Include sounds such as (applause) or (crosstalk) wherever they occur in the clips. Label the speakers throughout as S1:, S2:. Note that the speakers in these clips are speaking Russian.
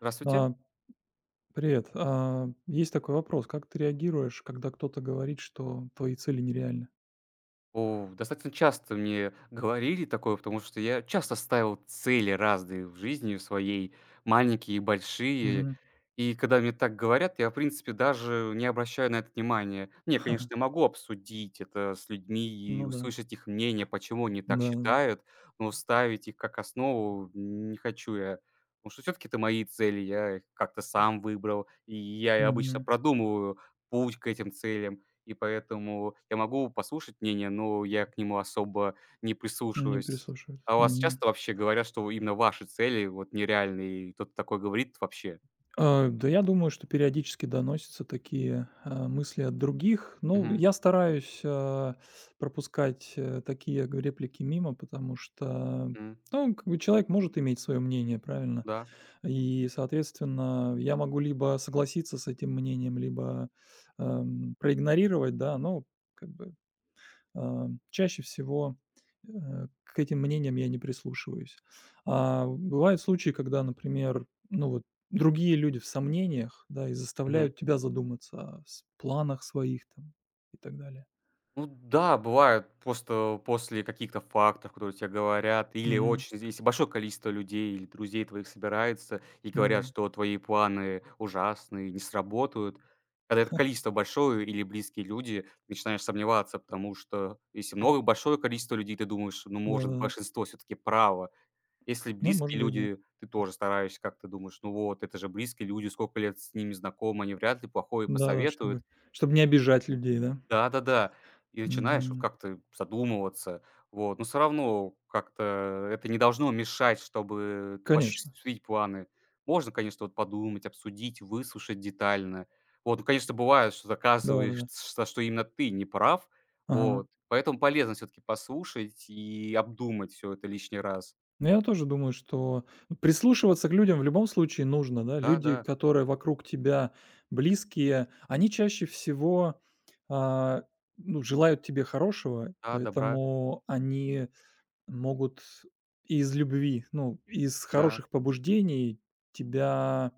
S1: Здравствуйте.
S2: А, привет. Есть такой вопрос. Как ты реагируешь, когда кто-то говорит, что твои цели нереальны?
S1: О, достаточно часто мне (laughs) говорили такое, потому что я часто ставил цели разные в жизни своей, маленькие и большие.
S2: Мгм.
S1: И когда мне так говорят, я, в принципе, даже не обращаю на это внимания. Не, конечно, я могу обсудить это с людьми и
S2: Ну да.
S1: услышать их мнение, почему они так
S2: Да, да.
S1: считают, но ставить их как основу не хочу я. Потому что все-таки это мои цели, я их как-то сам выбрал, и я обычно
S2: Мгм.
S1: продумываю путь к этим целям. И поэтому я могу послушать мнение, но я к нему особо не
S2: Не
S1: прислушиваюсь.
S2: прислушиваются.
S1: А у вас
S2: Мгм.
S1: часто вообще говорят, что именно ваши цели вот нереальные, и кто-то такое говорит вообще?
S2: Да, я думаю, что периодически доносятся такие мысли от других. Ну,
S1: Мгм.
S2: я стараюсь, пропускать такие реплики мимо, потому что,
S1: М.
S2: ну, как бы, человек может иметь свое мнение, правильно?
S1: Да.
S2: И, соответственно, я могу либо согласиться с этим мнением, либо, проигнорировать, да, но, как бы, чаще всего, э, к этим мнениям я не прислушиваюсь. Бывают случаи, когда, например, ну вот, другие люди в сомнениях, да, и
S1: Мгм.
S2: заставляют тебя задуматься о с планах своих там и так далее.
S1: Ну да, бывает просто после каких-то фактов, которые тебе говорят, или
S2: Мгм.
S1: очень если большое количество людей или друзей твоих собирается и
S2: Ну да.
S1: говорят, что твои планы ужасные, не сработают. Когда это количество большое или близкие люди, ты начинаешь сомневаться, потому что если много большое количество людей, ты думаешь, ну,
S2: Да,
S1: может,
S2: да.
S1: большинство все-таки право. Если
S2: Ну, может
S1: близкие
S2: быть, да.
S1: люди, ты тоже стараешься как-то думаешь, ну вот, это же близкие люди, сколько лет с ними знакомы, они вряд ли плохое
S2: Да-да,
S1: посоветуют.
S2: чтобы чтобы не обижать людей, да?
S1: Да-да-да. И начинаешь вот
S2: Мгм.
S1: как-то задумываться. Вот, но все равно как-то это не должно мешать, чтобы
S2: Конечно.
S1: осуществить планы. Можно, конечно, вот подумать, обсудить, выслушать детально. Вот, ну, конечно, бывает, что доказываешь,
S2: Да-да-да.
S1: что именно ты не прав.
S2: Ага.
S1: Вот, поэтому полезно все таки послушать и обдумать все это лишний раз.
S2: Ну, я тоже думаю, что прислушиваться к людям в любом случае нужно, да. Люди,
S1: Да-да,
S2: которые вокруг тебя близкие, они чаще всего, а, ну, желают тебе хорошего,
S1: да, да, добра,
S2: поэтому они могут из любви, ну, из
S1: да,
S2: хороших побуждений тебя...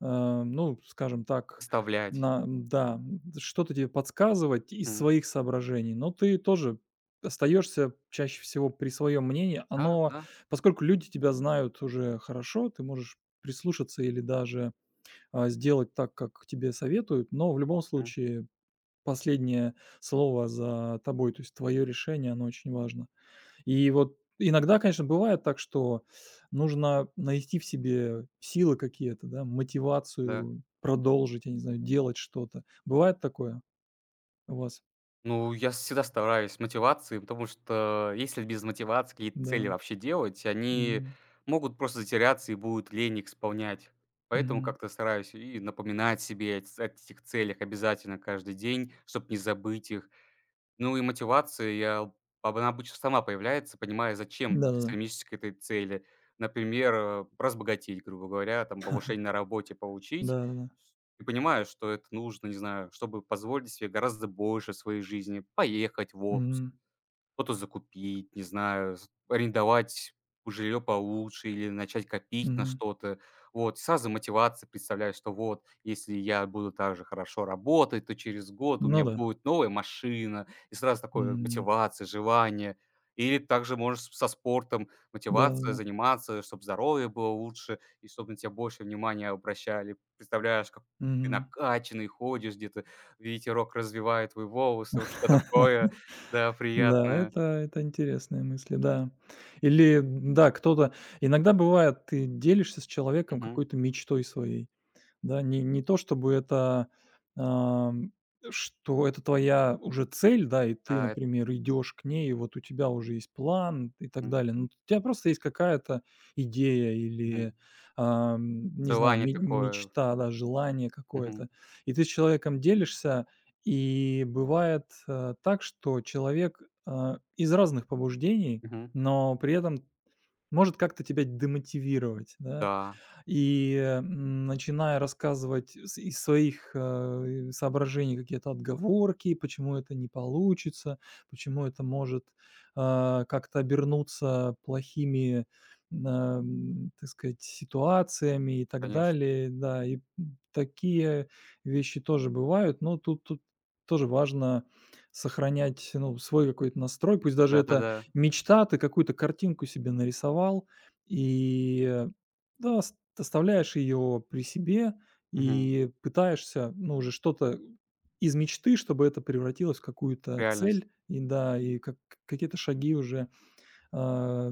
S2: Ну, скажем так,
S1: вставлять.
S2: на да, что-то тебе подсказывать из своих соображений, но ты тоже остаешься чаще всего при своем мнении.
S1: Да,
S2: Оно,
S1: да,
S2: поскольку люди тебя знают уже хорошо, ты можешь прислушаться или даже, сделать так, как тебе советуют, но в любом
S1: м,
S2: случае последнее слово за тобой, то есть твое решение, оно очень важно. И вот иногда, конечно, бывает так, что нужно найти в себе силы какие-то, да,
S1: да.
S2: мотивацию продолжить, я не знаю, делать что-то. Бывает такое у вас?
S1: Ну, я всегда стараюсь мотивации, потому что если без мотивации какие-то цели
S2: Да.
S1: вообще делать, они
S2: Мгм.
S1: могут просто затеряться и будут лень их исполнять. Поэтому
S2: Мгм.
S1: как-то стараюсь и напоминать себе о этих целях обязательно каждый день, чтобы не забыть их. Ну и мотивация, я об она обычно сама появляется, понимая, зачем ты
S2: Да-да-да.
S1: стремишься к этой цели. Например, разбогатеть, грубо говоря, там повышение на работе получить.
S2: Да-да-да.
S1: И понимаю, что это нужно, не знаю, чтобы позволить себе гораздо больше в своей жизни, поехать в отпуск,
S2: Мгм.
S1: что-то закупить, не знаю, с арендовать жилье получше или начать копить на
S2: Мгм.
S1: что-то. Вот, сразу мотивация, представляю, что вот, если я буду так же хорошо работать, то через год у
S2: Ну
S1: меня
S2: да.
S1: будет новая машина, и сразу такое
S2: Мгм.
S1: мотивация, желание. Или также можешь со спортом мотивация
S2: Да-да-да.
S1: заниматься, чтобы здоровье было лучше и чтобы на тебя больше внимания обращали. Представляешь, как ты
S2: Мгм.
S1: накачанный ходишь где-то, ветерок развивает твои волосы, вот все такое,
S2: (laughs)
S1: да,
S2: Да,
S1: приятное.
S2: это интересные мысли, да. Или, да, кто-то иногда бывает, ты делишься с человеком
S1: Мгм.
S2: какой-то мечтой своей. Да, не то чтобы это, ам, что это твоя уже цель, да, и ты,
S1: Да, это
S2: например, идешь к ней, и вот у тебя уже есть план и так
S1: М,
S2: далее. Ну, у тебя просто есть какая-то идея или,
S1: мгм.
S2: не знаю,
S1: Желание
S2: ме
S1: такое.
S2: мечта, да, желание
S1: Мгм.
S2: какое-то. И ты с человеком делишься, и бывает, так, что человек, из разных побуждений,
S1: Мгм.
S2: но при этом может как-то тебя демотивировать, да.
S1: Да,
S2: И, начиная рассказывать с из своих, соображений какие-то отговорки, почему это не получится, почему это может, как-то обернуться плохими, так сказать, ситуациями и так
S1: конечно.
S2: далее. Да, и такие вещи тоже бывают, но тут тоже важно сохранять, ну, свой какой-то настрой. Пусть даже это
S1: Да-да-да.
S2: мечта, ты какую-то картинку себе нарисовал, и да, ст оставляешь ее при себе
S1: Мгм.
S2: и пытаешься, ну, уже что-то из мечты, чтобы это превратилось в какую-то
S1: Реальность.
S2: цель. И да, и как какие-то шаги уже, а,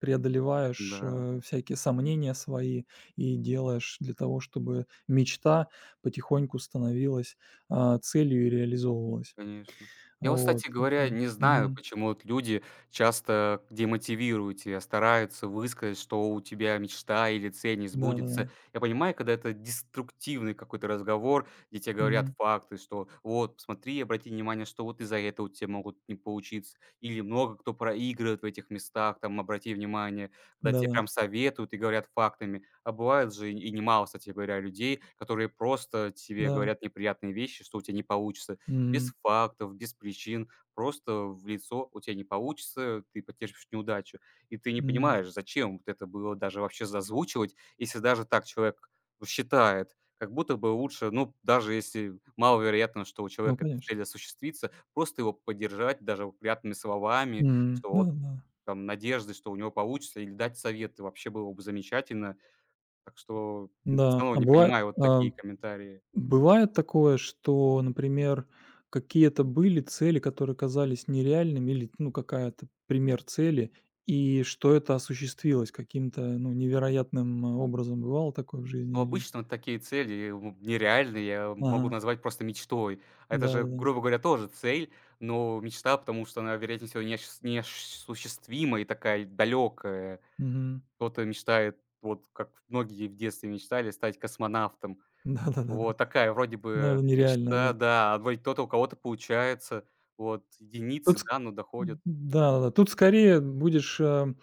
S2: преодолеваешь,
S1: Да.
S2: всякие сомнения свои и делаешь для того, чтобы мечта потихоньку становилась, целью и реализовывалась.
S1: Конечно. Я вот,
S2: Вот
S1: кстати говоря,
S2: такие.
S1: не знаю,
S2: Мгм.
S1: почему вот люди часто демотивируют тебя, стараются высказать, что у тебя мечта или цель не сбудется.
S2: Да-да-да.
S1: Я понимаю, когда это деструктивный какой-то разговор, где тебе говорят
S2: Мгм.
S1: факты, что вот, посмотри, обрати внимание, что вот из-за этого у тебя могут не получиться, или много кто проигрывает в этих местах, там, обрати внимание, когда тебе
S2: Да-да.
S1: прям советуют и говорят фактами. А бывает же и немало, кстати говоря, людей, которые просто тебе
S2: Да.
S1: говорят неприятные вещи, что у тебя не получится без
S2: Мгм.
S1: фактов, без причин, просто в лицо у тебя не получится, ты потерпишь неудачу. И ты не
S2: Мгм.
S1: понимаешь, зачем вот это было даже вообще зазвучивать, если даже так человек считает. Как будто бы лучше, ну, даже если маловероятно, что у
S2: Ну,
S1: человека эта
S2: конечно.
S1: цель осуществится, просто его поддержать даже вот приятными словами,
S2: Мгм.
S1: что вот
S2: Да-да.
S1: там надежды, что у него получится, или дать советы, вообще было бы замечательно. Так что все
S2: Да,
S1: равно
S2: а
S1: не
S2: бывает,
S1: понимаю вот такие комментарии.
S2: бывает такое, что, например, какие-то были цели, которые казались нереальными, или, ну, какая-то пример цели, и что это осуществилось каким-то, ну, невероятным, образом. Бывало такое в жизни
S1: Ну,
S2: или...
S1: обычно вот такие цели, нереальные, я могу
S2: Ага,
S1: назвать просто мечтой. А это же,
S2: да-да-да.
S1: грубо говоря, тоже цель, но мечта, потому что она, вероятнее всего, неосуществима и такая далекая.
S2: Мгм.
S1: Кто-то мечтает, вот как многие в детстве мечтали, стать космонавтом.
S2: (laughs) Да-да-да-да.
S1: Вот такая вроде
S2: Ну, это
S1: бы
S2: нереально,
S1: мечта,
S2: да.
S1: да, а вроде кто-то у кого-то получается, вот единицы,
S2: Тут ск
S1: да, но доходят.
S2: да, да, тут скорее будешь, э,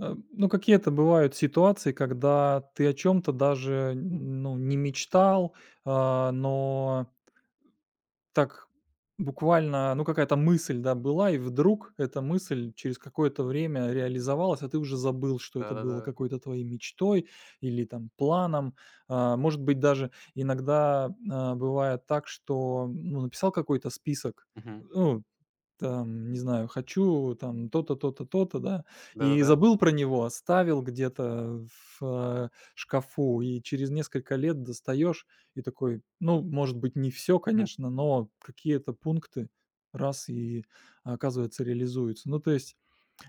S2: э, ну, какие-то бывают ситуации, когда ты о чем то даже,
S1: М,
S2: ну, не мечтал, но так буквально, ну, какая-то мысль, да, была, и вдруг эта мысль через какое-то время реализовалась, а ты уже забыл, что это было
S1: да-да-да.
S2: какой-то твоей мечтой или там планом. Может быть, даже иногда, бывает так, что, ну, написал какой-то список,
S1: Мгм.
S2: ну, там, не знаю, хочу там то-то, то-то, то-то, да, и
S1: Да-да-да.
S2: забыл про него, оставил где-то в, э, шкафу, и через несколько лет достаешь, и такой, ну, может быть, не все,
S1: Мгм.
S2: конечно, но какие-то пункты раз и, оказывается, реализуются. Ну, то есть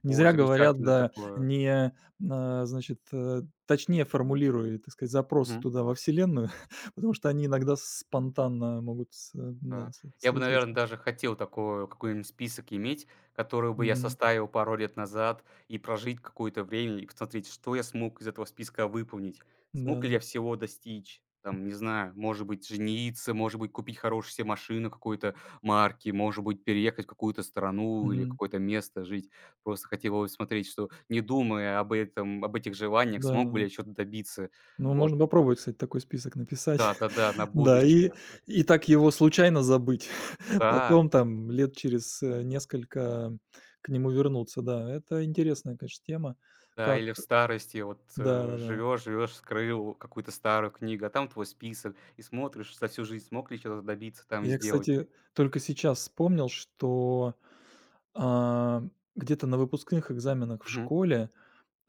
S2: не
S1: Ой,
S2: зря говорят,
S1: замечательно
S2: да,
S1: такое.
S2: не, значит, точнее формулируй, так сказать, запросы
S1: Мгм.
S2: туда, во Вселенную, (laughs) потому что они иногда спонтанно могут да,
S1: Да.
S2: с
S1: Я бы,
S2: случиться.
S1: наверное, даже хотел такой какой-нибудь список иметь, который бы я
S2: Мгм.
S1: составил пару лет назад, и прожить какое-то время, и посмотреть, что я смог из этого списка выполнить.
S2: Да,
S1: Смог ли я
S2: да.
S1: всего достичь? Там, не знаю, может быть, жениться, может быть, купить хорошую се машину какой-то марки, может быть, переехать в какую-то страну или
S2: Мгм.
S1: какое-то место жить. Просто хотел бы смотреть, что, не думая об этом, об этих желаниях,
S2: Да, да,
S1: смог бы ли
S2: да.
S1: я что то добиться.
S2: Ну,
S1: Вот.
S2: можно попробовать, кстати, такой список написать.
S1: Да-да-да,
S2: (laughs)
S1: на
S2: Да,
S1: будущее.
S2: и так его случайно забыть. (laughs)
S1: Да.
S2: Потом там лет через, несколько к нему вернуться. Да, это интересная, конечно, тема.
S1: Да,
S2: Как
S1: или в старости вот,
S2: да-да-да.
S1: живешь живешь, скрыл какую-то старую книгу, а там твой список, и смотришь за всю жизнь, смог ли чё-то добиться там и
S2: Я,
S1: сделать.
S2: кстати, только сейчас вспомнил, что, а, где-то на выпускных экзаменах в
S1: Мгм.
S2: школе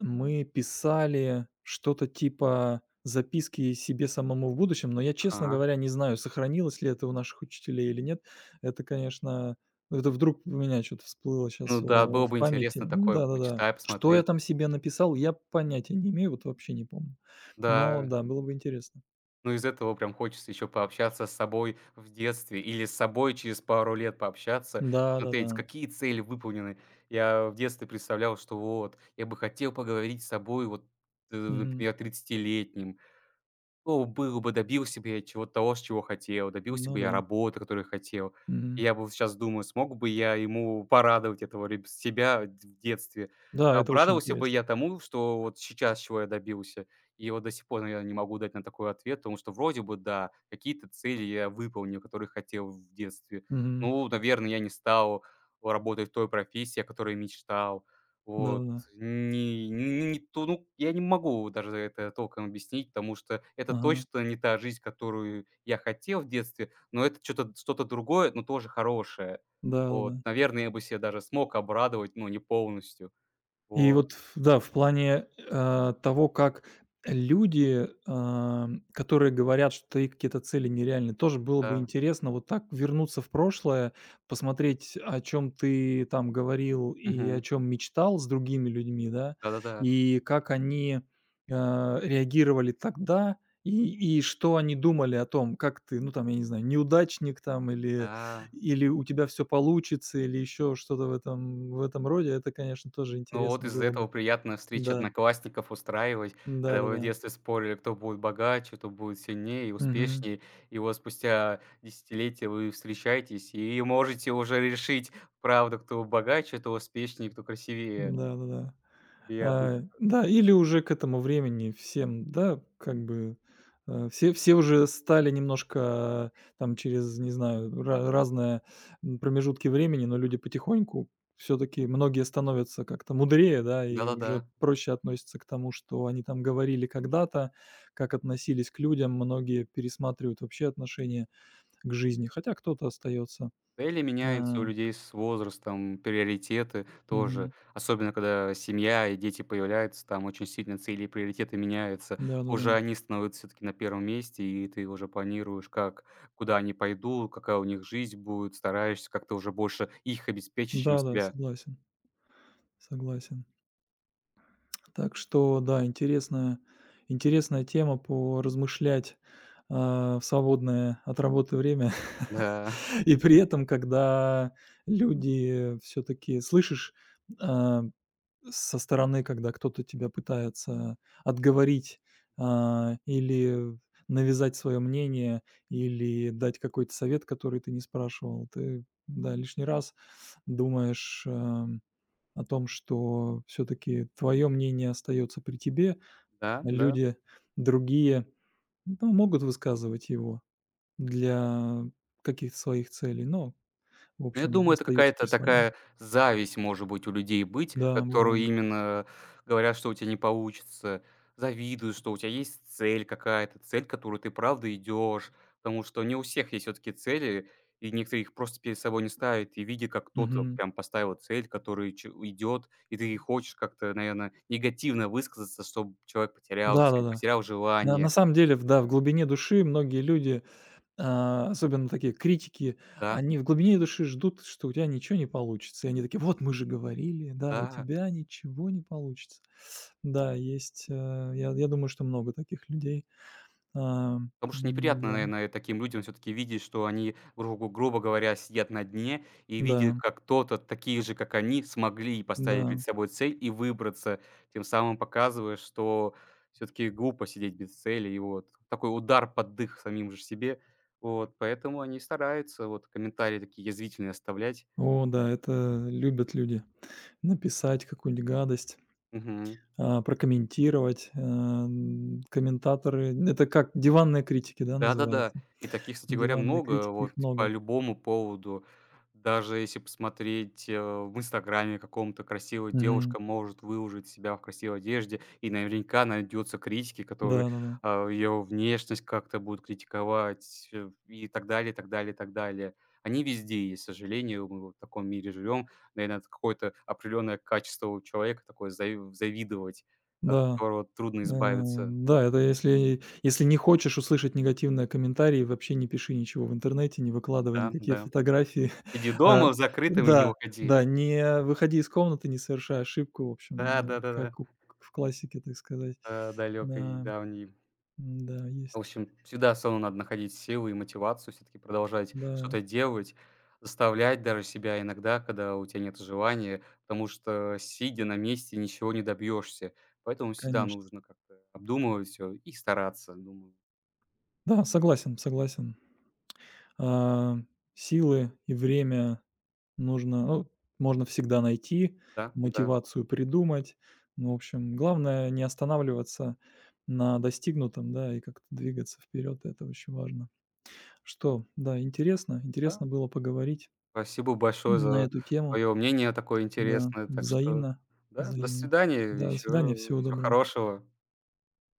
S2: мы писали что-то типа записки себе самому в будущем, но я, честно
S1: Ага.
S2: говоря, не знаю, сохранилось ли это у наших учителей или нет. Это, конечно, ну, это вдруг у меня что-то всплыло сейчас
S1: Ну да,
S2: в,
S1: было
S2: в
S1: бы
S2: памяти.
S1: интересно такое
S2: Да-да-да.
S1: почитать,
S2: Что я
S1: посмотреть.
S2: там себе написал, я понятия не имею, вот вообще не помню. Но
S1: Да,
S2: да, было бы интересно.
S1: ну из этого прям хочется еще пообщаться с собой в детстве или с собой через пару лет пообщаться,
S2: Да-да-да.
S1: посмотреть, какие цели выполнены. Я в детстве представлял, что вот я бы хотел поговорить с собой вот,
S2: Мгм.
S1: например, тридцатилетним. Ну, был бы, добился бы я чего того, с чего хотел, добился
S2: Ну
S1: бы я
S2: да.
S1: работы, которую хотел. И
S2: Мгм.
S1: я бы сейчас думаю, смог бы я ему порадовать этого реб себя в детстве.
S2: Да, это очень
S1: Обрадовался бы
S2: интересно.
S1: я тому, что вот сейчас чего я добился. И вот до сих пор, наверное, не могу дать на такой ответ, потому что вроде бы да, какие-то цели я выполнил, которые хотел в детстве.
S2: Мгм.
S1: Ну, наверное, я не стал работать в той профессии, о которой мечтал. Вот.
S2: Да-да-да.
S1: Не то, ну, я не могу даже это толком объяснить, потому что это
S2: Ага.
S1: точно не та жизнь, которую я хотел в детстве, но это что-то другое, но тоже хорошее. Вот,
S2: Да-да-да.
S1: наверное, я бы ся даже смог обрадовать, но не полностью.
S2: И
S1: Вот,
S2: вот, ф да, в плане, того, как люди, которые говорят, что их какие-то цели нереальны, тоже было бы
S1: да.
S2: интересно вот так вернуться в прошлое, посмотреть, о чем ты там говорил и о
S1: Мгм.
S2: чем мечтал с другими людьми, да,
S1: Да-да-да.
S2: и как они, реагировали тогда, и что они думали о том, как ты, ну, там, я не знаю, неудачник там или,
S1: Да.
S2: или у тебя все получится, или еще что-то в этом роде. Это, конечно, тоже
S1: Ну вот
S2: интересно
S1: из-за
S2: было бы.
S1: этого приятно встречи
S2: Да.
S1: одноклассников устраивать, когда вы в
S2: Да-да-да.
S1: детстве спорили, кто будет богаче, кто будет сильнее и
S2: Мгм.
S1: успешнее. И вот спустя десятилетия вы встречаетесь и можете уже решить, правда, кто богаче, кто успешнее, кто красивее.
S2: Да-да-да.
S1: Приятно.
S2: Да, или уже к этому времени всем, да, как бы, все уже стали немножко, там, через, не знаю, ра разные, промежутки времени, но люди потихоньку все таки многие становятся как-то мудрее, да, и
S1: Да-да-да.
S2: уже проще относятся к тому, что они там говорили когда-то, как относились к людям. Многие пересматривают вообще отношение к жизни, хотя кто-то остается.
S1: Цели меняются у
S2: Да,
S1: людей с возрастом, приоритеты тоже.
S2: мгм.
S1: Особенно когда семья и дети появляются, там очень сильно цели и приоритеты меняются. Уже
S2: Да-да-да.
S1: они становятся все-таки на первом месте, и ты уже планируешь, как, куда они пойдут, какая у них жизнь будет, стараешься как-то уже больше их обеспечить, чем
S2: Да-да,
S1: себя.
S2: согласен, согласен. Так что да, интересная тема поразмышлять, в свободное от работы время.
S1: Да,
S2: (laughs) И при этом, когда люди все таки слышишь, а, со стороны, когда кто-то тебя пытается отговорить, или навязать свое мнение, или дать какой-то совет, который ты не спрашивал, ты, да, лишний раз думаешь, о том, что все таки твое мнение остается при тебе,
S1: (laughs) да,
S2: а
S1: да.
S2: люди другие, ну, могут высказывать его для каких-то своих целей, но, в
S1: Ну, я
S2: общем,
S1: думаю, это
S2: остаются при
S1: какая-то
S2: своем.
S1: такая зависть, может быть, у людей быть,
S2: Да,
S1: которую
S2: бывает.
S1: именно говорят, что у тебя не получится, завидуют, что у тебя есть цель какая-то, цель, которую ты правда идешь. Потому что не у всех есть всё-таки цели, и некоторые их просто перед собой не ставят, и видя, как кто-то
S2: Мгм.
S1: прям поставил цель, который идет, и ты хочешь как-то, наверное, негативно высказаться, чтобы человек потерял цель,
S2: Да-да-да.
S1: потерял
S2: На
S1: желание.
S2: самом деле, в да, в глубине души многие люди, особенно такие критики,
S1: Да,
S2: они в глубине души ждут, что у тебя ничего не получится. И они такие: "Вот мы же говорили, да, у
S1: да.
S2: тебя ничего не получится". Да, есть, я думаю, что много таких людей. А,
S1: Потому что неприятно,
S2: м-да,
S1: наверное, таким людям все таки видеть, что они, грубо говоря, сидят на дне, и
S2: да,
S1: видят,
S2: да.
S1: как кто-то, такие же, как они, смогли поставить перед
S2: Да.
S1: собой цель и выбраться, тем самым показывая, что все таки глупо сидеть без цели. И вот такой удар под дых самим же себе. Вот поэтому они стараются вот комментарии такие язвительные оставлять.
S2: О да, это любят люди. Написать какую-нибудь гадость,
S1: Мгм.
S2: прокомментировать. Комментаторы — это как диванные критики, да, называется?
S1: Да-да-да. И таких, кстати говоря,
S2: Диванные
S1: много
S2: критики, их
S1: вот по
S2: много.
S1: любому поводу. Даже если посмотреть, в "Инстаграме" каком-то, красивая
S2: Мгм.
S1: девушка может выложить себя в красивой одежде, и наверняка найдется критики, которые,
S2: Да-да-да.
S1: ее внешность как-то будут критиковать, и так далее, и так далее, и так далее. Они везде есть, к сожалению, мы вот в таком мире живем. Наверное, это какое-то определенное качество у человека такое завидовать, от
S2: Да. Да.
S1: которого трудно
S2: Да, Э,
S1: избавиться.
S2: да, это если если не хочешь услышать негативные комментарии, вообще не пиши ничего в интернете, не выкладывай
S1: Да,
S2: никакие
S1: да.
S2: фотографии.
S1: Сиди
S2: (laughs) А,
S1: дома в закрытом и не
S2: да,
S1: уходи.
S2: да, не выходи из комнаты, не совершай ошибку, в общем,
S1: Да, да-да-да.
S2: как у в классике, так сказать.
S1: Далекой,
S2: Да,
S1: давней.
S2: да
S1: В
S2: есть.
S1: общем, всегда все равно надо находить силы и мотивацию, все таки продолжать
S2: Да,
S1: что-то делать, заставлять даже себя иногда, когда у тебя нет желания, потому что, сидя на месте, ничего не добьешься. Поэтому всегда
S2: конечно.
S1: нужно как-то обдумывать все и стараться, думаю.
S2: Да, согласен, согласен. А, силы и время нужно, ну, можно всегда найти,
S1: Да, да,
S2: мотивацию придумать. Ну, в общем, главное не останавливаться на достигнутом, да, и как-то двигаться вперед. Это очень важно. Что, да, интересно.
S1: да.
S2: Интересно было поговорить
S1: Спасибо большое
S2: на
S1: за
S2: эту тему.
S1: твое мнение такое
S2: Да,
S1: интересное. Так что
S2: взаимно,
S1: да, до
S2: взаимно.
S1: свидания,
S2: Да, до
S1: еще
S2: свидания, всего
S1: всего
S2: доброго.
S1: хорошего.